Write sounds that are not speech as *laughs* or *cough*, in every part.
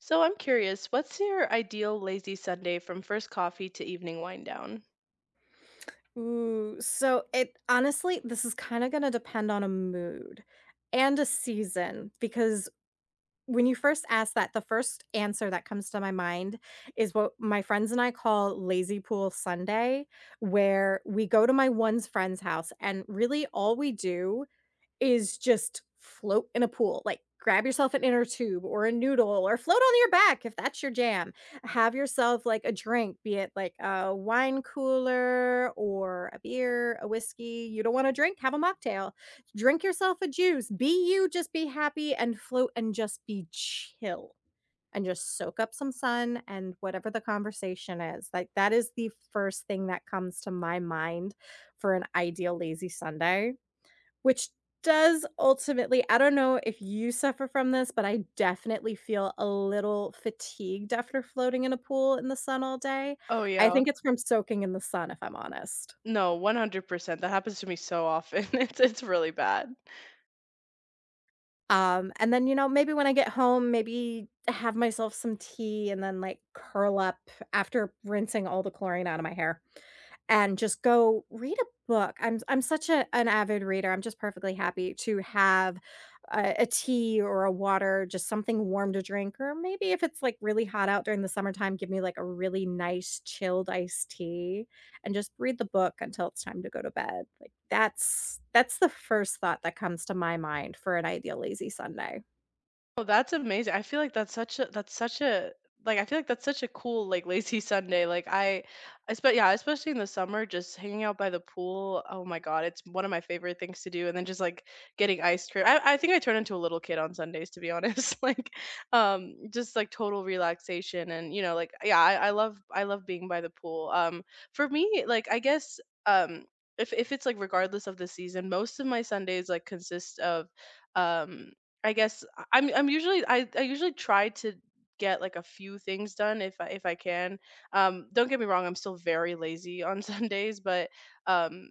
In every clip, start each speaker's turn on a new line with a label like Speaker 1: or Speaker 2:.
Speaker 1: So I'm curious, what's your ideal lazy Sunday from first coffee to evening wind down?
Speaker 2: Ooh, so it honestly, this is kinda gonna depend on a mood and a season because when you first ask that, the first answer that comes to my mind is what my friends and I call lazy pool Sunday, where we go to my one's friend's house, and really all we do is just float in a pool. Like, grab yourself an inner tube or a noodle or float on your back if that's your jam. Have yourself, like, a drink, be it, like, a wine cooler or a beer, a whiskey. You don't want to drink? Have a mocktail. Drink yourself a juice. Be you, just be happy and float and just be chill and just soak up some sun and whatever the conversation is. Like, that is the first thing that comes to my mind for an ideal lazy Sunday. Which does ultimately, I don't know if you suffer from this, but I definitely feel a little fatigued after floating in a pool in the sun all day.
Speaker 1: Oh
Speaker 2: I
Speaker 1: yeah.
Speaker 2: think it's from soaking in the sun, if I'm honest.
Speaker 1: No, 100%. That happens to me so often. *laughs* It's really bad.
Speaker 2: And then, you know, Maybe when I get home, maybe have myself some tea and then, like, curl up after rinsing all the chlorine out of my hair, and just go read a book. I'm such a an avid reader. I'm just perfectly happy to have a tea or a water, just something warm to drink, or maybe if it's like really hot out during the summertime, give me like a really nice chilled iced tea and just read the book until it's time to go to bed. Like that's the first thought that comes to my mind for an ideal lazy Sunday.
Speaker 1: Oh, that's amazing. I feel like that's such a like, I feel like that's such a cool like lazy Sunday. Like I spent, yeah, especially in the summer, just hanging out by the pool. Oh my God, it's one of my favorite things to do. And then just like getting ice cream. I think I turn into a little kid on Sundays, to be honest. *laughs* Like, just like total relaxation. And like, yeah, I love being by the pool. For me, like, I guess um. If it's like, regardless of the season, most of my Sundays like consist of um I usually try to get like a few things done if I can. Don't get me wrong, I'm still very lazy on *laughs* Sundays, but um,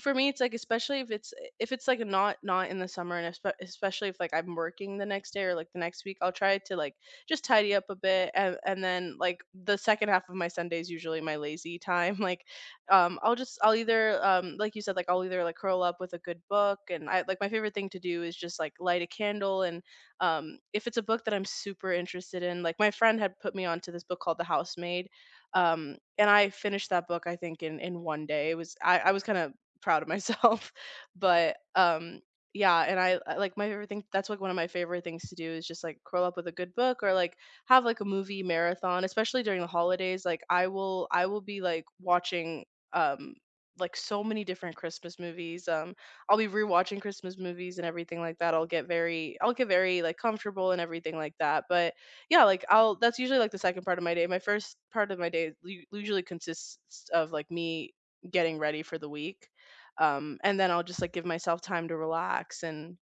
Speaker 1: for me, it's like, especially if if it's like not in the summer, and especially if like I'm working the next day or like the next week, I'll try to like just tidy up a bit and then like the second half of my Sunday is usually my lazy time. *laughs* Like I'll either like you said, like I'll either like curl up with a good book. And I like, my favorite thing to do is just like light a candle and if it's a book that I'm super interested in, like my friend had put me onto this book called The Housemaid. And I finished that book, I think, in one day. I was kind of proud of myself. *laughs* But yeah. And I like, my favorite thing, that's like one of my favorite things to do, is just like curl up with a good book, or like have like a movie marathon, especially during the holidays. Like I will be like watching um like so many different Christmas movies. I'll be rewatching Christmas movies and everything like that. I'll get very like comfortable and everything like that. But yeah, like I'll, that's usually like the second part of my day. My first part of my day usually consists of like me getting ready for the week and then I'll just like give myself time to relax and,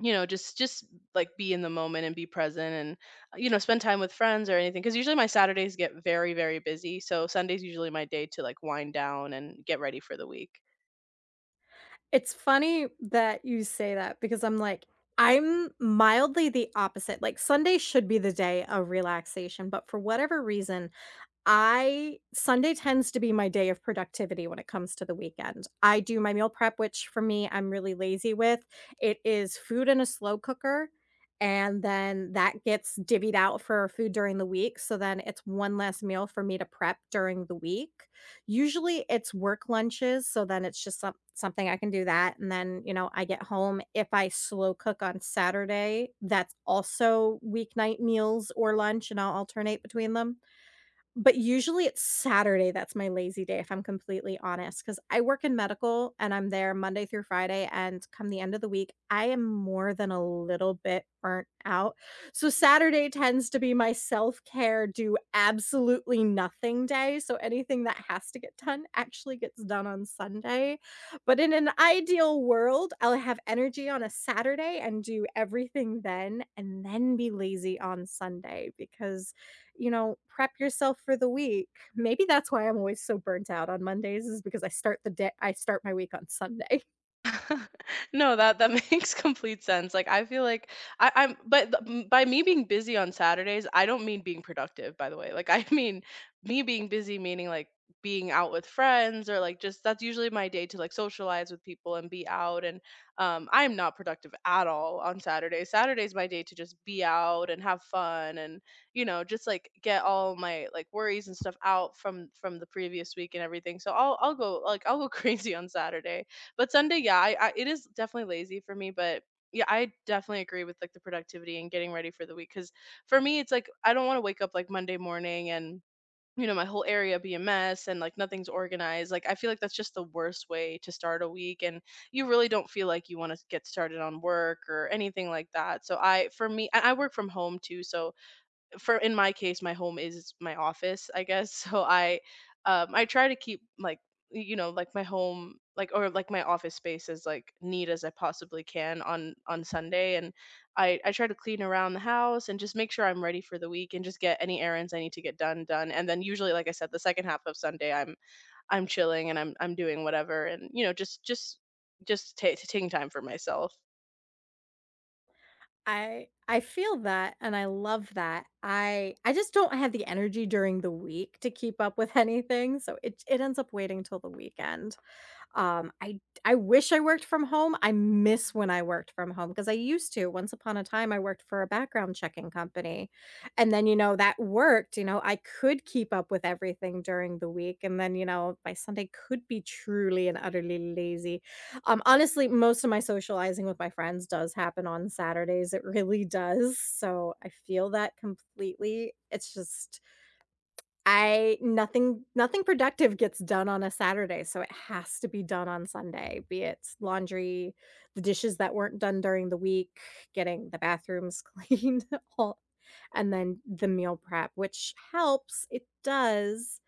Speaker 1: you know, just like be in the moment and be present. And you know, spend time with friends or anything, because usually my Saturdays get very, very busy, so Sunday's usually my day to like wind down and get ready for the week.
Speaker 2: It's funny that you say that because I'm like, I'm mildly the opposite. Like Sunday should be the day of relaxation, but for whatever reason, I Sunday tends to be my day of productivity when it comes to the weekend. I do my meal prep, which for me, I'm really lazy with. It is food in a slow cooker, and then that gets divvied out for food during the week. So then it's one less meal for me to prep during the week. Usually it's work lunches. So then it's just some, something I can do that. And then, you know, I get home. If I slow cook on Saturday, that's also weeknight meals or lunch, and I'll alternate between them. But usually it's Saturday that's my lazy day, if I'm completely honest, because I work in medical and I'm there Monday through Friday, and come the end of the week, I am more than a little bit burnt out. So Saturday tends to be my self-care, do absolutely nothing day, so anything that has to get done actually gets done on Sunday. But in an ideal world, I'll have energy on a Saturday and do everything then, and then be lazy on Sunday because, you know, prep yourself for the week. Maybe that's why I'm always so burnt out on Mondays is because I start the day I start my week on Sunday.
Speaker 1: *laughs* No, that *laughs* makes complete sense. Like I feel like I, I'm, but th- m- by me being busy on Saturdays, I don't mean being productive, by the way. Like I *laughs* mean me being busy, meaning like being out with friends or like just, that's usually my day to like socialize with people and be out. And I'm not productive at all on Saturdays. Saturday's my day to just be out and have fun and, you know, just like get all my like worries and stuff out from the previous week and everything. So I'll go *laughs* crazy on Saturday. But Sunday, yeah, I it is definitely lazy for me. But yeah, I definitely agree with like the productivity and getting ready for the week. Cause for me, it's like, I don't want to wake up like Monday morning and, you know, my whole area be a mess and like nothing's organized. Like I feel like that's just the worst way to start a week, and you really don't feel like you want to get started on work or anything like that. So for me, and I work from home too, so for, in my case, my home is my office, I guess. *laughs* So I try to keep like, you know, like my home, like, or like my office space as like neat as I possibly can on Sunday. And I try to clean around the house and just make sure I'm ready for the week, and just get any errands I need to get done done. And then usually, like I said, the second half of Sunday, I'm chilling, and I'm doing whatever and, you know, just ta taking time for myself.
Speaker 2: *laughs* I feel that and I love that. I just don't have the energy during the week to keep up with anything, so it ends up waiting till the weekend. I I wish I worked from home. I miss when I worked from home because I used to. Once upon a time, I worked for a background checking company, and then, you know, that worked, you know, I could keep up with everything during the week, and then, you know, my Sunday could be truly and utterly lazy. Honestly, most of my socializing with my friends does happen on Saturdays, it really does, so I feel that completely. It's just I nothing productive gets done on a Saturday, so it has to be done on Sunday, be it laundry, the dishes that weren't done during the week, getting the bathrooms *laughs* cleaned, all, and then the meal prep, which helps, it does,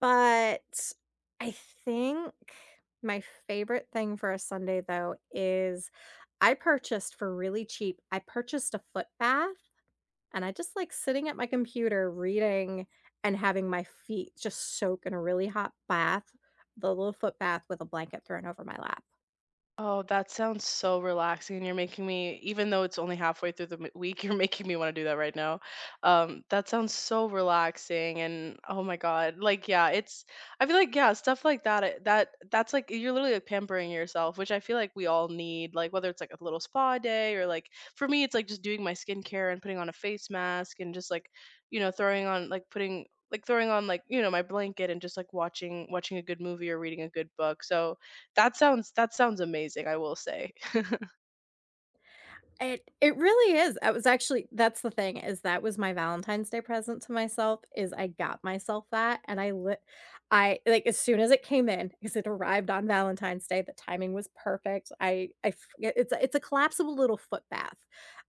Speaker 2: but I think my favorite thing for a Sunday, though, is I purchased for really cheap I purchased a foot bath, and I just like sitting at my computer reading and having my feet just soak in a really hot bath, the little foot bath with a blanket thrown over my lap.
Speaker 1: Oh, that sounds so relaxing. You're making me, even though it's only halfway through the week, *laughs* you're making me want to do that right now. That sounds so relaxing. And oh my God, like, yeah, it's, I feel like, yeah, stuff like that, that's like, you're literally like pampering yourself, which I feel like we all need, like, whether it's like a little spa day or like, for me, it's like just doing my skincare and putting on a face mask and just like, you know, throwing on, like, like throwing on, like, you know, my blanket, and just like watching a good movie or reading a good book. So that sounds amazing, I will say. *laughs*
Speaker 2: It really is. I was actually that's the thing is that was my Valentine's Day present to myself is I got myself that, and I lit I like as soon as it came in because it arrived on Valentine's Day, the timing was perfect. I f yeah, it's a collapsible little foot bath.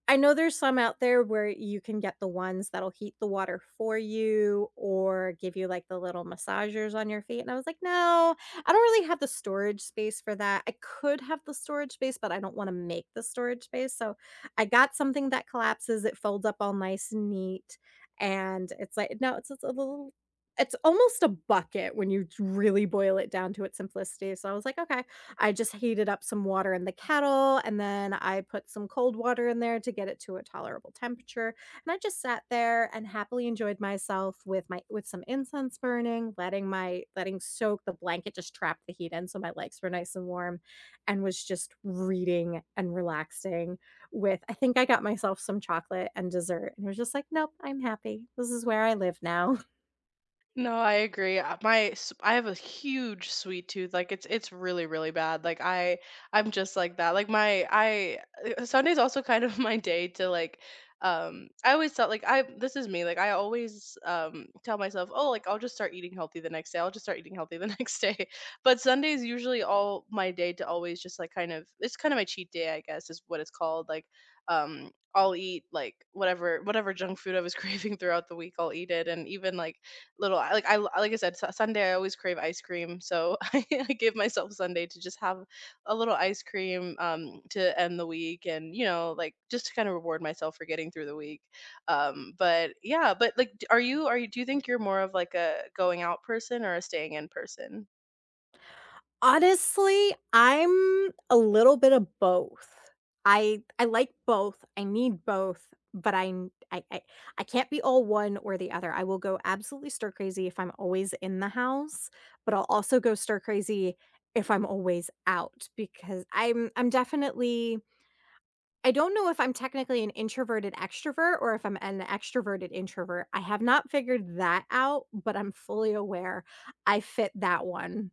Speaker 2: I know there's some out there where you can get the ones that'll heat the water for you or give you, like, the little massagers on your feet, and I was like, "No, I don't really have the storage space for that." I could have the storage space, but I don't wanna make the storage space, so I got something that collapses, it folds up all nice and neat, and it's like no, it's a little it's almost a bucket when you really boil it down to its simplicity, so I was like, "Okay." I just heated up some water in the kettle, and then I put some cold water in there to get it to a tolerable temperature, and I just sat there and happily enjoyed myself with my with some incense burning, letting my letting soak the blanket just trap the heat in so my legs were nice and warm, and was just reading and relaxing, with I think I got myself some chocolate and dessert and it was just like, "Nope, I'm happy. This is where I live now."
Speaker 1: No, I agree. My I have a huge sweet tooth. Like it's really, really bad. Like I'm just like that. Like my I Sunday's also kind of *laughs* my day to like I always thought like I this is me. Like I always tell myself, "Oh, like I'll just start eating healthy the next day. I'll just start eating healthy the *laughs* next day." But Sunday's usually all my day to always just like kind of, it's kind of my cheat day, I guess is what it's called. Like I'll eat like whatever junk food I was *laughs* craving throughout the week, I'll eat it. And even like little, like I said, Sunday I always crave ice cream, so *laughs* I give myself Sunday to just have a little ice cream, to end the week, and, you know, like just to kind of reward myself for getting through the week. But yeah. But like, are you, do you think you're more of like a going out person or a staying in person?
Speaker 2: *laughs* Honestly, I'm a little bit of both. I like both. I need both, but I n I can't be all one or the other. I will go absolutely stir crazy if I'm always in the house, but I'll also go stir crazy if I'm always out because I'm definitely I don't know if I'm technically an introverted extrovert or if I'm an extroverted introvert. I have not figured that out, but I'm fully aware I fit that one.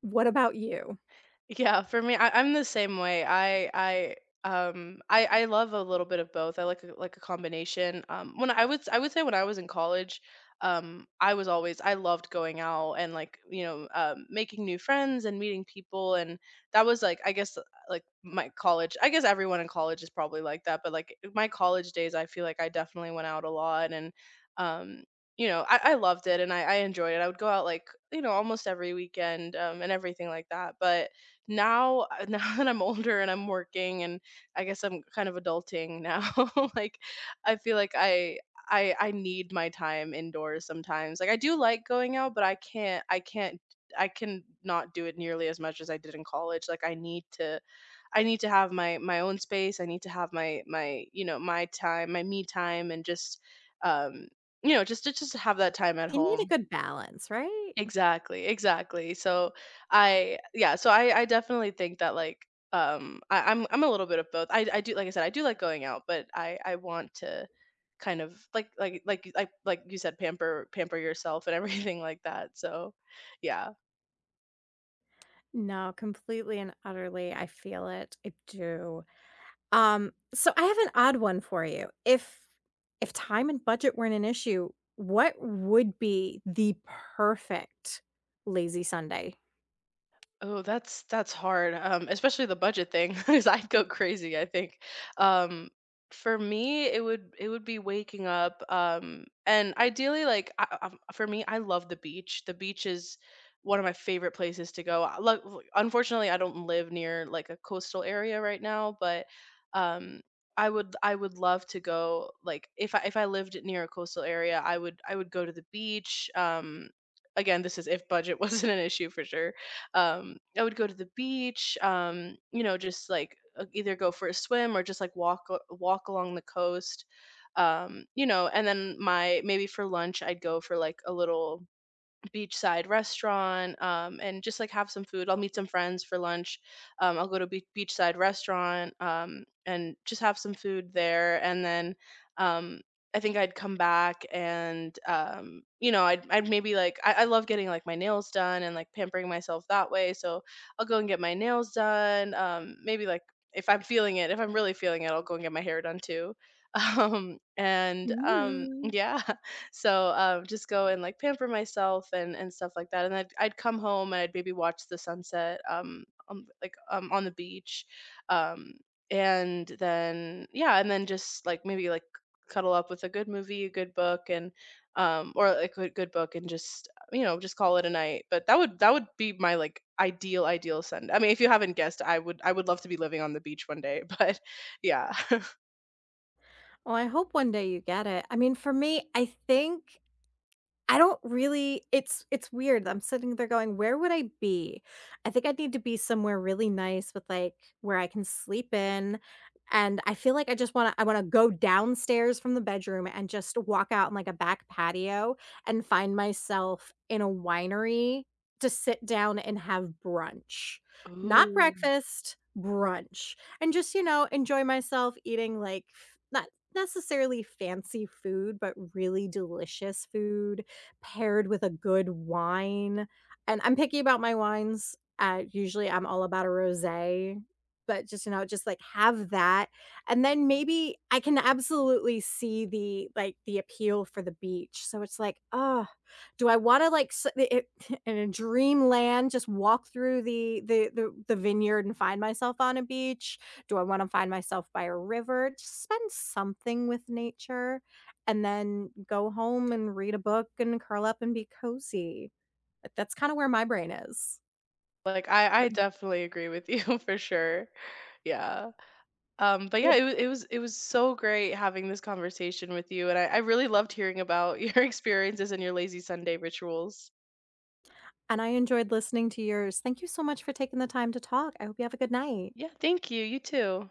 Speaker 2: What about you?
Speaker 1: Yeah, for me, I'm the same way. I love a little bit of both. I like a combination. When I would say, when I was in college, I was always, I loved going out and like, you know, making new friends and meeting people. And that was like, I guess, like my college. I guess everyone in college is probably like that, but like my college days, I feel like I definitely went out a lot. And um you know, I loved it. And I enjoyed it. I would go out like, you know, almost every weekend, and everything like that. But now, *laughs* now that I'm older and I'm working, and I guess I'm kind of adulting now, *laughs* like I feel like I I need my time indoors sometimes. Like I do like going out, but I can't, I can not do it nearly as much as I did in college. Like I need to have my own space. I need to have my, you know, my time, my me time. And just um you know, just have that time at
Speaker 2: You need
Speaker 1: home.
Speaker 2: a good balance, right?
Speaker 1: Exactly, exactly. So I yeah, so I definitely think that like I'm a little bit of both. I do, like I said, I do like going out, but I want to kind of like, like you said, pamper yourself and *laughs* everything like that. So yeah.
Speaker 2: No, completely and utterly. I feel it. I do. So I have an odd one for you. If time and budget weren't an issue, what would be the perfect lazy Sunday?
Speaker 1: Oh, that's hard, especially the budget thing. *laughs* Because 'cause I'd go crazy, I think. Um, for me, it would be waking up, and ideally, like for me, I love the beach. The beach is one of my favorite places to go. Unfortunately, I don't live near like a coastal area right now. But um, I would love to go. Like if I lived near a coastal area, I would go to the beach. Again, this is if budget *laughs* wasn't an issue, for sure. I would go to the beach, you know, just like either go for a swim, or just like walk along the coast. You know, and then my, maybe for lunch I'd go for like a little beachside restaurant, and just like have some food. I'll meet some friends for lunch. I'll go to a beachside restaurant, and just have some food there. And then um, I think I'd come back. And you know, I'd maybe like, I love getting like my nails done, and like pampering myself that way. So I'll go and get my nails done. Maybe like, if I'm really feeling it, I'll go and get my hair done too. *laughs* And
Speaker 2: Ooh.
Speaker 1: Yeah. So just go and like pamper myself and stuff like that. And I'd come home. And I'd maybe watch the sunset, on, like, on the beach. um and then yeah. And then just like maybe like cuddle up with a good movie, a good book, and or a good book. And just, you know, just call it a night. But that would be my like ideal, Sunday. I mean, if you haven't guessed, I would love to be living on the beach one day. *laughs* But yeah.
Speaker 2: Well, I hope one day you get it. I mean, for me, I think, I don't really it's weird. I'm sitting there going, "Where would I be?" I think I need to be somewhere really nice with, like, where I can sleep in, and I feel like I just wanna I wanna go downstairs from the bedroom and just walk out in, like, a back patio and find myself in a winery to sit down and have brunch.
Speaker 1: *laughs*
Speaker 2: Not
Speaker 1: Ooh.
Speaker 2: breakfast, brunch, and just, you know, enjoy myself eating, like, f not necessarily fancy food, but really delicious food paired with a good wine, and I'm picky about my wines, usually I'm all about a rosé, but just, you know, just, like, have that, and then maybe I can absolutely see the, like, the appeal for the beach, so it's like, oh, do I wanna, like, s" it *laughs* in a dreamland, just walk through the the vineyard and find myself on a beach? Do I wanna find myself by a river? Just spend something with nature and then go home and read a book and curl up and be cozy. But that's kinda where my brain is.
Speaker 1: Like, I
Speaker 2: But
Speaker 1: definitely agree with you *laughs* for sure. Yeah. But yeah,
Speaker 2: well,
Speaker 1: it was so great having this conversation with you. And I really loved hearing about *laughs* your experiences and your lazy Sunday rituals.
Speaker 2: and I enjoyed listening to yours. Thank you so much for taking the time to talk. I hope you have a good night.
Speaker 1: Yeah, thank you. You too.